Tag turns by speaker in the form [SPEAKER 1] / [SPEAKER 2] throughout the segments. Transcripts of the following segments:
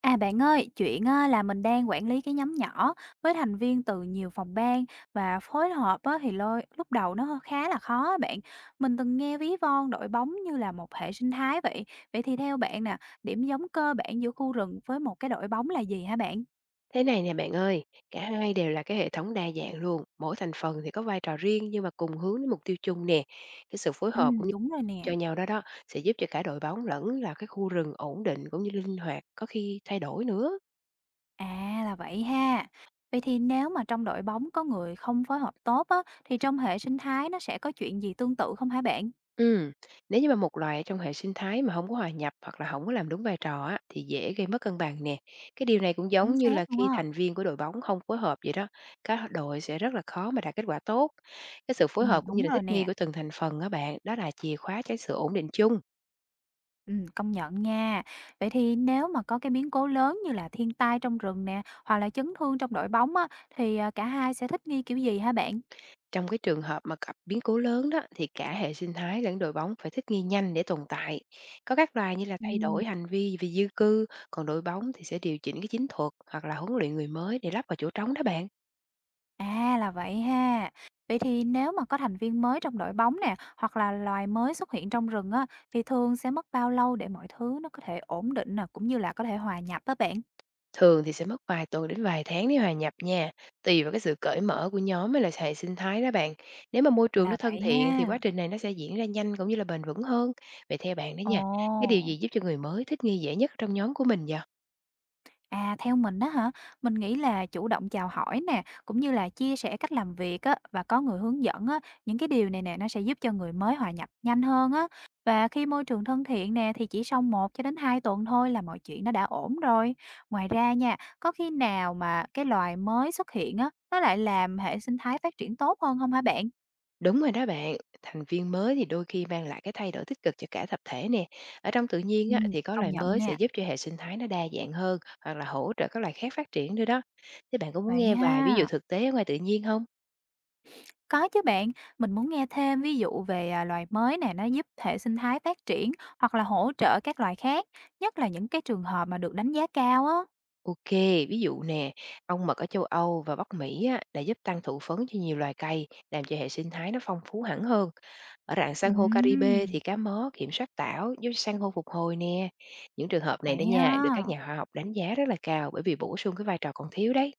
[SPEAKER 1] À bạn ơi, chuyện á, là mình đang quản lý cái nhóm nhỏ với thành viên từ nhiều phòng ban và phối hợp á, thì lôi lúc đầu nó khá là khó á bạn. Mình từng nghe ví von đội bóng như là một hệ sinh thái vậy. Vậy thì theo bạn nè, điểm giống cơ bản giữa khu rừng với một cái đội bóng là gì hả bạn?
[SPEAKER 2] Thế này nè bạn ơi, cả hai đều là cái hệ thống đa dạng luôn, mỗi thành phần thì có vai trò riêng nhưng mà cùng hướng đến mục tiêu chung nè. Cái sự phối
[SPEAKER 1] Ừ,
[SPEAKER 2] hợp cũng như
[SPEAKER 1] đúng rồi
[SPEAKER 2] cho
[SPEAKER 1] nè.
[SPEAKER 2] nhau đó đó sẽ giúp cho cả đội bóng lẫn là cái khu rừng ổn định cũng như linh hoạt, có khi thay đổi nữa.
[SPEAKER 1] À là vậy ha. Vậy thì nếu mà trong đội bóng có người không phối hợp tốt á, thì trong hệ sinh thái nó sẽ có chuyện gì tương tự không hả bạn?
[SPEAKER 2] Ừ, nếu như mà một loài ở trong hệ sinh thái mà không có hòa nhập hoặc là không có làm đúng vai trò á, thì dễ gây mất cân bằng nè. Cái điều này cũng
[SPEAKER 1] Chính
[SPEAKER 2] giống như
[SPEAKER 1] xác
[SPEAKER 2] là
[SPEAKER 1] luôn
[SPEAKER 2] khi
[SPEAKER 1] á.
[SPEAKER 2] thành viên của đội bóng không phối hợp vậy đó, các đội sẽ rất là khó mà đạt kết quả tốt. Cái sự
[SPEAKER 1] Ừ,
[SPEAKER 2] phối hợp cũng như
[SPEAKER 1] đúng
[SPEAKER 2] là
[SPEAKER 1] rồi
[SPEAKER 2] thích nghi
[SPEAKER 1] nè.
[SPEAKER 2] của từng thành phần á bạn, đó là chìa khóa cho sự ổn định chung.
[SPEAKER 1] Công nhận nha. Vậy thì nếu mà có cái biến cố lớn như là thiên tai trong rừng nè, hoặc là chấn thương trong đội bóng á, thì, cả hai sẽ thích nghi kiểu gì hả bạn?
[SPEAKER 2] Trong cái trường hợp mà gặp biến cố lớn đó, thì cả hệ sinh thái lẫn đội bóng phải thích nghi nhanh để tồn tại. Có các loài như là thay
[SPEAKER 1] Ừm.
[SPEAKER 2] đổi hành vi vì di cư, còn đội bóng thì sẽ điều chỉnh cái chiến thuật hoặc là huấn luyện người mới để lắp vào chỗ trống đó bạn.
[SPEAKER 1] À, là vậy ha. Vậy thì nếu mà có thành viên mới trong đội bóng nè, hoặc là loài mới xuất hiện trong rừng á, thì thường sẽ mất bao lâu để mọi thứ nó có thể ổn định nè, cũng như là có thể hòa nhập á bạn?
[SPEAKER 2] Thường thì sẽ mất vài tuần đến vài tháng để hòa nhập nha, tùy vào cái sự cởi mở của nhóm với lại hệ sinh thái đó bạn. Nếu mà môi trường nó
[SPEAKER 1] Là
[SPEAKER 2] thân
[SPEAKER 1] vậy
[SPEAKER 2] thiện thì quá
[SPEAKER 1] ha.
[SPEAKER 2] trình này nó sẽ diễn ra nhanh cũng như là bền vững hơn. Vậy theo bạn đó
[SPEAKER 1] Ồ.
[SPEAKER 2] nha, cái điều gì giúp cho người mới thích nghi dễ nhất trong nhóm của mình vậy?
[SPEAKER 1] À, theo mình đó hả? Mình nghĩ là chủ động chào hỏi nè, cũng như là chia sẻ cách làm việc á, và có người hướng dẫn á, những cái điều này nè nó sẽ giúp cho người mới hòa nhập nhanh hơn á. Và khi môi trường thân thiện nè thì chỉ sau một cho đến 2 tuần thôi là mọi chuyện nó đã ổn rồi. Ngoài ra nha, có khi nào mà cái loài mới xuất hiện á, nó lại làm hệ sinh thái phát triển tốt hơn không hả bạn?
[SPEAKER 2] Đúng rồi đó bạn, thành viên mới thì đôi khi mang lại cái thay đổi tích cực cho cả tập thể nè. Ở trong tự nhiên
[SPEAKER 1] Ừ,
[SPEAKER 2] á, thì có
[SPEAKER 1] công
[SPEAKER 2] loài
[SPEAKER 1] nhận
[SPEAKER 2] mới sẽ
[SPEAKER 1] nha.
[SPEAKER 2] giúp cho hệ sinh thái nó đa dạng hơn hoặc là hỗ trợ các loài khác phát triển nữa đó. Thế bạn có muốn
[SPEAKER 1] Vậy
[SPEAKER 2] nghe vài ví dụ
[SPEAKER 1] ha.
[SPEAKER 2] thực tế ở ngoài tự nhiên không?
[SPEAKER 1] Có chứ bạn, mình muốn nghe thêm ví dụ về loài mới này nó giúp hệ sinh thái phát triển hoặc là hỗ trợ các loài khác, nhất là những cái trường hợp mà được đánh giá cao á.
[SPEAKER 2] OK, ví dụ nè, ong mật ở châu Âu và Bắc Mỹ á, đã giúp tăng thụ phấn cho nhiều loài cây, làm cho hệ sinh thái nó phong phú hẳn hơn. Ở rạn san hô Caribe
[SPEAKER 1] Ừm,
[SPEAKER 2] thì cá mó kiểm soát tảo giúp san hô phục hồi nè. Những trường hợp này đó
[SPEAKER 1] vậy
[SPEAKER 2] nha, được các
[SPEAKER 1] ha.
[SPEAKER 2] nhà khoa học đánh giá rất là cao bởi vì bổ sung cái vai trò còn thiếu đấy.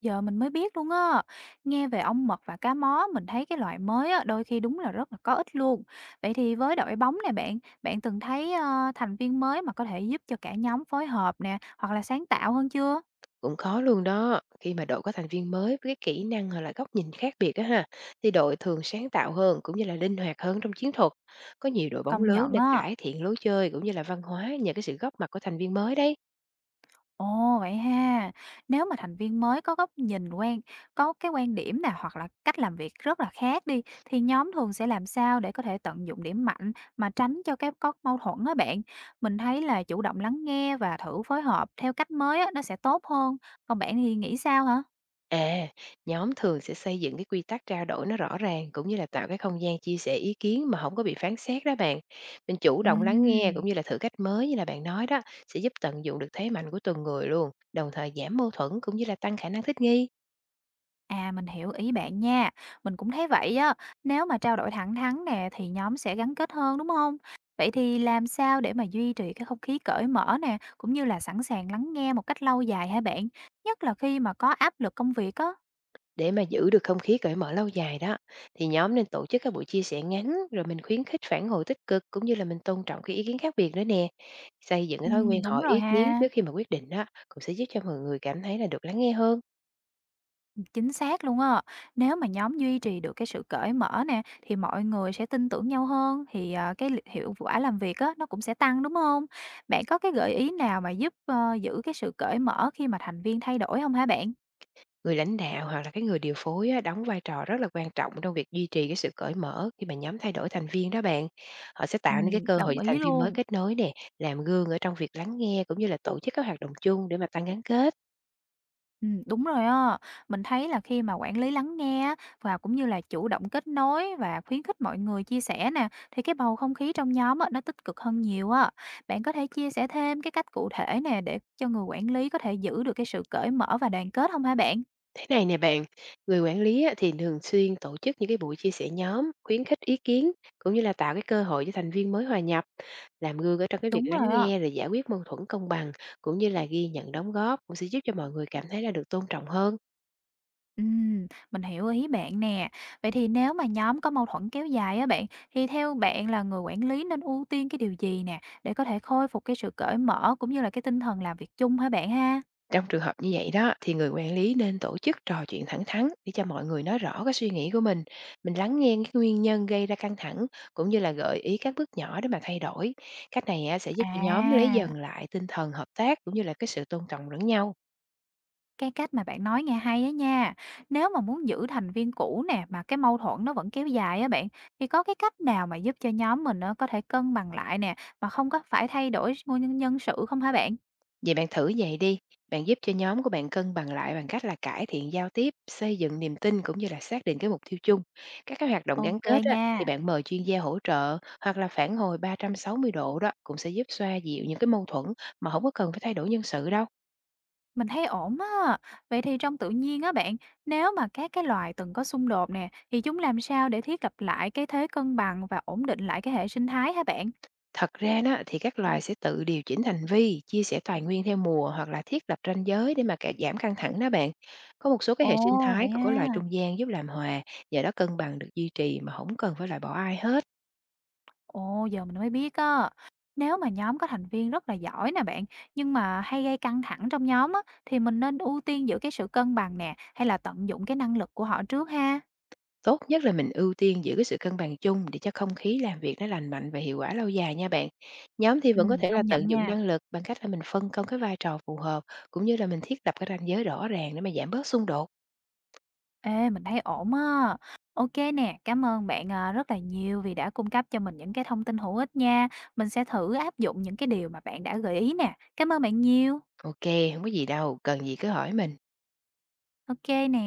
[SPEAKER 1] Giờ mình mới biết luôn á. Nghe về ong mật và cá mó, mình thấy cái loại mới á, đôi khi đúng là rất là có ích luôn. Vậy thì với đội bóng này bạn, bạn từng thấy thành viên mới mà có thể giúp cho cả nhóm phối hợp nè, hoặc là sáng tạo hơn chưa?
[SPEAKER 2] Cũng khó luôn đó, khi mà đội có thành viên mới với cái kỹ năng hoặc là góc nhìn khác biệt á ha, thì đội thường sáng tạo hơn cũng như là linh hoạt hơn trong chiến thuật. Có nhiều đội bóng
[SPEAKER 1] Công
[SPEAKER 2] lớn
[SPEAKER 1] nhận
[SPEAKER 2] đã
[SPEAKER 1] á.
[SPEAKER 2] cải thiện lối chơi cũng như là văn hóa nhờ cái sự góp mặt của thành viên mới đấy.
[SPEAKER 1] Ồ, vậy ha. Nếu mà thành viên mới có góc nhìn quan có cái quan điểm nè hoặc là cách làm việc rất là khác đi thì nhóm thường sẽ làm sao để có thể tận dụng điểm mạnh mà tránh cho cái có mâu thuẫn á bạn. Mình thấy là chủ động lắng nghe và thử phối hợp theo cách mới á nó sẽ tốt hơn. Còn bạn thì nghĩ sao hả?
[SPEAKER 2] À, nhóm thường sẽ xây dựng cái quy tắc trao đổi nó rõ ràng cũng như là tạo cái không gian chia sẻ ý kiến mà không có bị phán xét đó bạn. Mình chủ động lắng nghe cũng
[SPEAKER 1] Ừm.
[SPEAKER 2] như là thử cách mới như là bạn nói đó sẽ giúp tận dụng được thế mạnh của từng người luôn, đồng thời giảm mâu thuẫn cũng như là tăng khả năng thích nghi
[SPEAKER 1] À, mình hiểu ý bạn nha. Mình cũng thấy vậy á. Nếu mà trao đổi thẳng thắn nè thì nhóm sẽ gắn kết hơn đúng không? Vậy thì làm sao để mà duy trì cái không khí cởi mở nè, cũng như là sẵn sàng lắng nghe một cách lâu dài hả bạn? Nhất là khi mà có áp lực công việc á.
[SPEAKER 2] để mà giữ được không khí cởi mở lâu dài đó. Thì nhóm nên tổ chức các buổi chia sẻ ngắn, rồi mình khuyến khích phản hồi tích cực cũng như là mình tôn trọng cái ý kiến khác biệt nữa nè. Xây dựng
[SPEAKER 1] Ừ,
[SPEAKER 2] cái thói quen
[SPEAKER 1] đúng
[SPEAKER 2] hỏi
[SPEAKER 1] rồi
[SPEAKER 2] ý kiến
[SPEAKER 1] ha,
[SPEAKER 2] trước khi mà quyết định đó cũng sẽ giúp cho mọi người cảm thấy là được lắng nghe hơn.
[SPEAKER 1] chính xác luôn á. Nếu mà nhóm duy trì được cái sự cởi mở nè thì mọi người sẽ tin tưởng nhau hơn thì cái hiệu quả làm việc á nó cũng sẽ tăng đúng không? Bạn có cái gợi ý nào mà giúp giữ cái sự cởi mở khi mà thành viên thay đổi không hả bạn?
[SPEAKER 2] Người lãnh đạo hoặc là cái người điều phối á, đóng vai trò rất là quan trọng trong việc duy trì cái sự cởi mở khi mà nhóm thay đổi thành viên đó bạn. Họ sẽ tạo nên cái cơ hội
[SPEAKER 1] Đồng
[SPEAKER 2] cho
[SPEAKER 1] ý
[SPEAKER 2] thành viên mới
[SPEAKER 1] luôn.
[SPEAKER 2] kết nối nè, làm gương ở trong việc lắng nghe cũng như là tổ chức các hoạt động chung để mà tăng gắn kết.
[SPEAKER 1] Đúng rồi á. Mình thấy là khi mà quản lý lắng nghe á, và cũng như là chủ động kết nối và khuyến khích mọi người chia sẻ nè, thì cái bầu không khí trong nhóm á, nó tích cực hơn nhiều á. Bạn có thể chia sẻ thêm cái cách cụ thể nè để cho người quản lý có thể giữ được cái sự cởi mở và đoàn kết không hả bạn?
[SPEAKER 2] Thế này nè bạn, người quản lý á, thì thường xuyên tổ chức những cái buổi chia sẻ nhóm, khuyến khích ý kiến cũng như là tạo cái cơ hội cho thành viên mới hòa nhập, làm gương ở trong cái việc
[SPEAKER 1] Đúng rồi
[SPEAKER 2] lắng
[SPEAKER 1] á.
[SPEAKER 2] nghe rồi giải quyết mâu thuẫn công bằng cũng như là ghi nhận đóng góp, cũng sẽ giúp cho mọi người cảm thấy là được tôn trọng hơn.
[SPEAKER 1] Mình hiểu ý bạn nè. Vậy thì nếu mà nhóm có mâu thuẫn kéo dài á bạn, thì theo bạn là người quản lý nên ưu tiên cái điều gì nè, để có thể khôi phục cái sự cởi mở cũng như là cái tinh thần làm việc chung hả bạn ha?
[SPEAKER 2] Trong trường hợp như vậy đó, thì người quản lý nên tổ chức trò chuyện thẳng thắn để cho mọi người nói rõ cái suy nghĩ của mình lắng nghe cái nguyên nhân gây ra căng thẳng cũng như là gợi ý các bước nhỏ để mà thay đổi. Cách này á, sẽ giúp cho nhóm lấy
[SPEAKER 1] À,
[SPEAKER 2] dần lại tinh thần hợp tác cũng như là cái sự tôn trọng lẫn nhau.
[SPEAKER 1] cái cách mà bạn nói nghe hay á nha. Nếu mà muốn giữ thành viên cũ nè mà cái mâu thuẫn nó vẫn kéo dài á bạn, thì có cái cách nào mà giúp cho nhóm mình nó có thể cân bằng lại nè mà không có phải thay đổi nguyên nhân sự không hả bạn?
[SPEAKER 2] Vậy bạn thử vậy đi, bạn giúp cho nhóm của bạn cân bằng lại bằng cách là cải thiện giao tiếp, xây dựng niềm tin cũng như là xác định cái mục tiêu chung. Các cái hoạt động gắn
[SPEAKER 1] OK
[SPEAKER 2] kết á, thì
[SPEAKER 1] nha.
[SPEAKER 2] bạn mời chuyên gia hỗ trợ hoặc là phản hồi 360 độ đó cũng sẽ giúp xoa dịu những cái mâu thuẫn mà không có cần phải thay đổi nhân sự đâu.
[SPEAKER 1] Mình thấy ổn á. Vậy thì trong tự nhiên á bạn, nếu mà các cái loài từng có xung đột nè, thì chúng làm sao để thiết lập lại cái thế cân bằng và ổn định lại cái hệ sinh thái hả bạn?
[SPEAKER 2] Thật ra đó thì các loài sẽ tự điều chỉnh hành vi, chia sẻ tài nguyên theo mùa hoặc là thiết lập ranh giới để mà cả giảm căng thẳng đó bạn. Có một số cái
[SPEAKER 1] Ồ,
[SPEAKER 2] hệ sinh
[SPEAKER 1] vậy
[SPEAKER 2] thái còn có loài
[SPEAKER 1] ha.
[SPEAKER 2] trung gian giúp làm hòa, nhờ đó cân bằng được duy trì mà không cần phải loại bỏ ai hết.
[SPEAKER 1] Ồ, giờ mình mới biết á. Nếu mà nhóm có thành viên rất là giỏi nè bạn, nhưng mà hay gây căng thẳng trong nhóm á, thì mình nên ưu tiên giữ cái sự cân bằng nè, hay là tận dụng cái năng lực của họ trước ha.
[SPEAKER 2] Tốt nhất là mình ưu tiên giữ cái sự cân bằng chung để cho không khí làm việc nó lành mạnh và hiệu quả lâu dài nha bạn. Nhóm thì
[SPEAKER 1] Ừ,
[SPEAKER 2] vẫn có thể là
[SPEAKER 1] công nhận
[SPEAKER 2] tận dụng
[SPEAKER 1] nha.
[SPEAKER 2] năng lực bằng cách là mình phân công cái vai trò phù hợp cũng như là mình thiết lập cái ranh giới rõ ràng để mà giảm bớt xung đột.
[SPEAKER 1] Ê, mình thấy ổn á. OK nè, cảm ơn bạn, rất là nhiều vì đã cung cấp cho mình những cái thông tin hữu ích nha. Mình sẽ thử áp dụng những cái điều mà bạn đã gợi ý nè. Cảm ơn bạn nhiều.
[SPEAKER 2] Ok, không có gì đâu, cần gì cứ hỏi mình.
[SPEAKER 1] OK nè.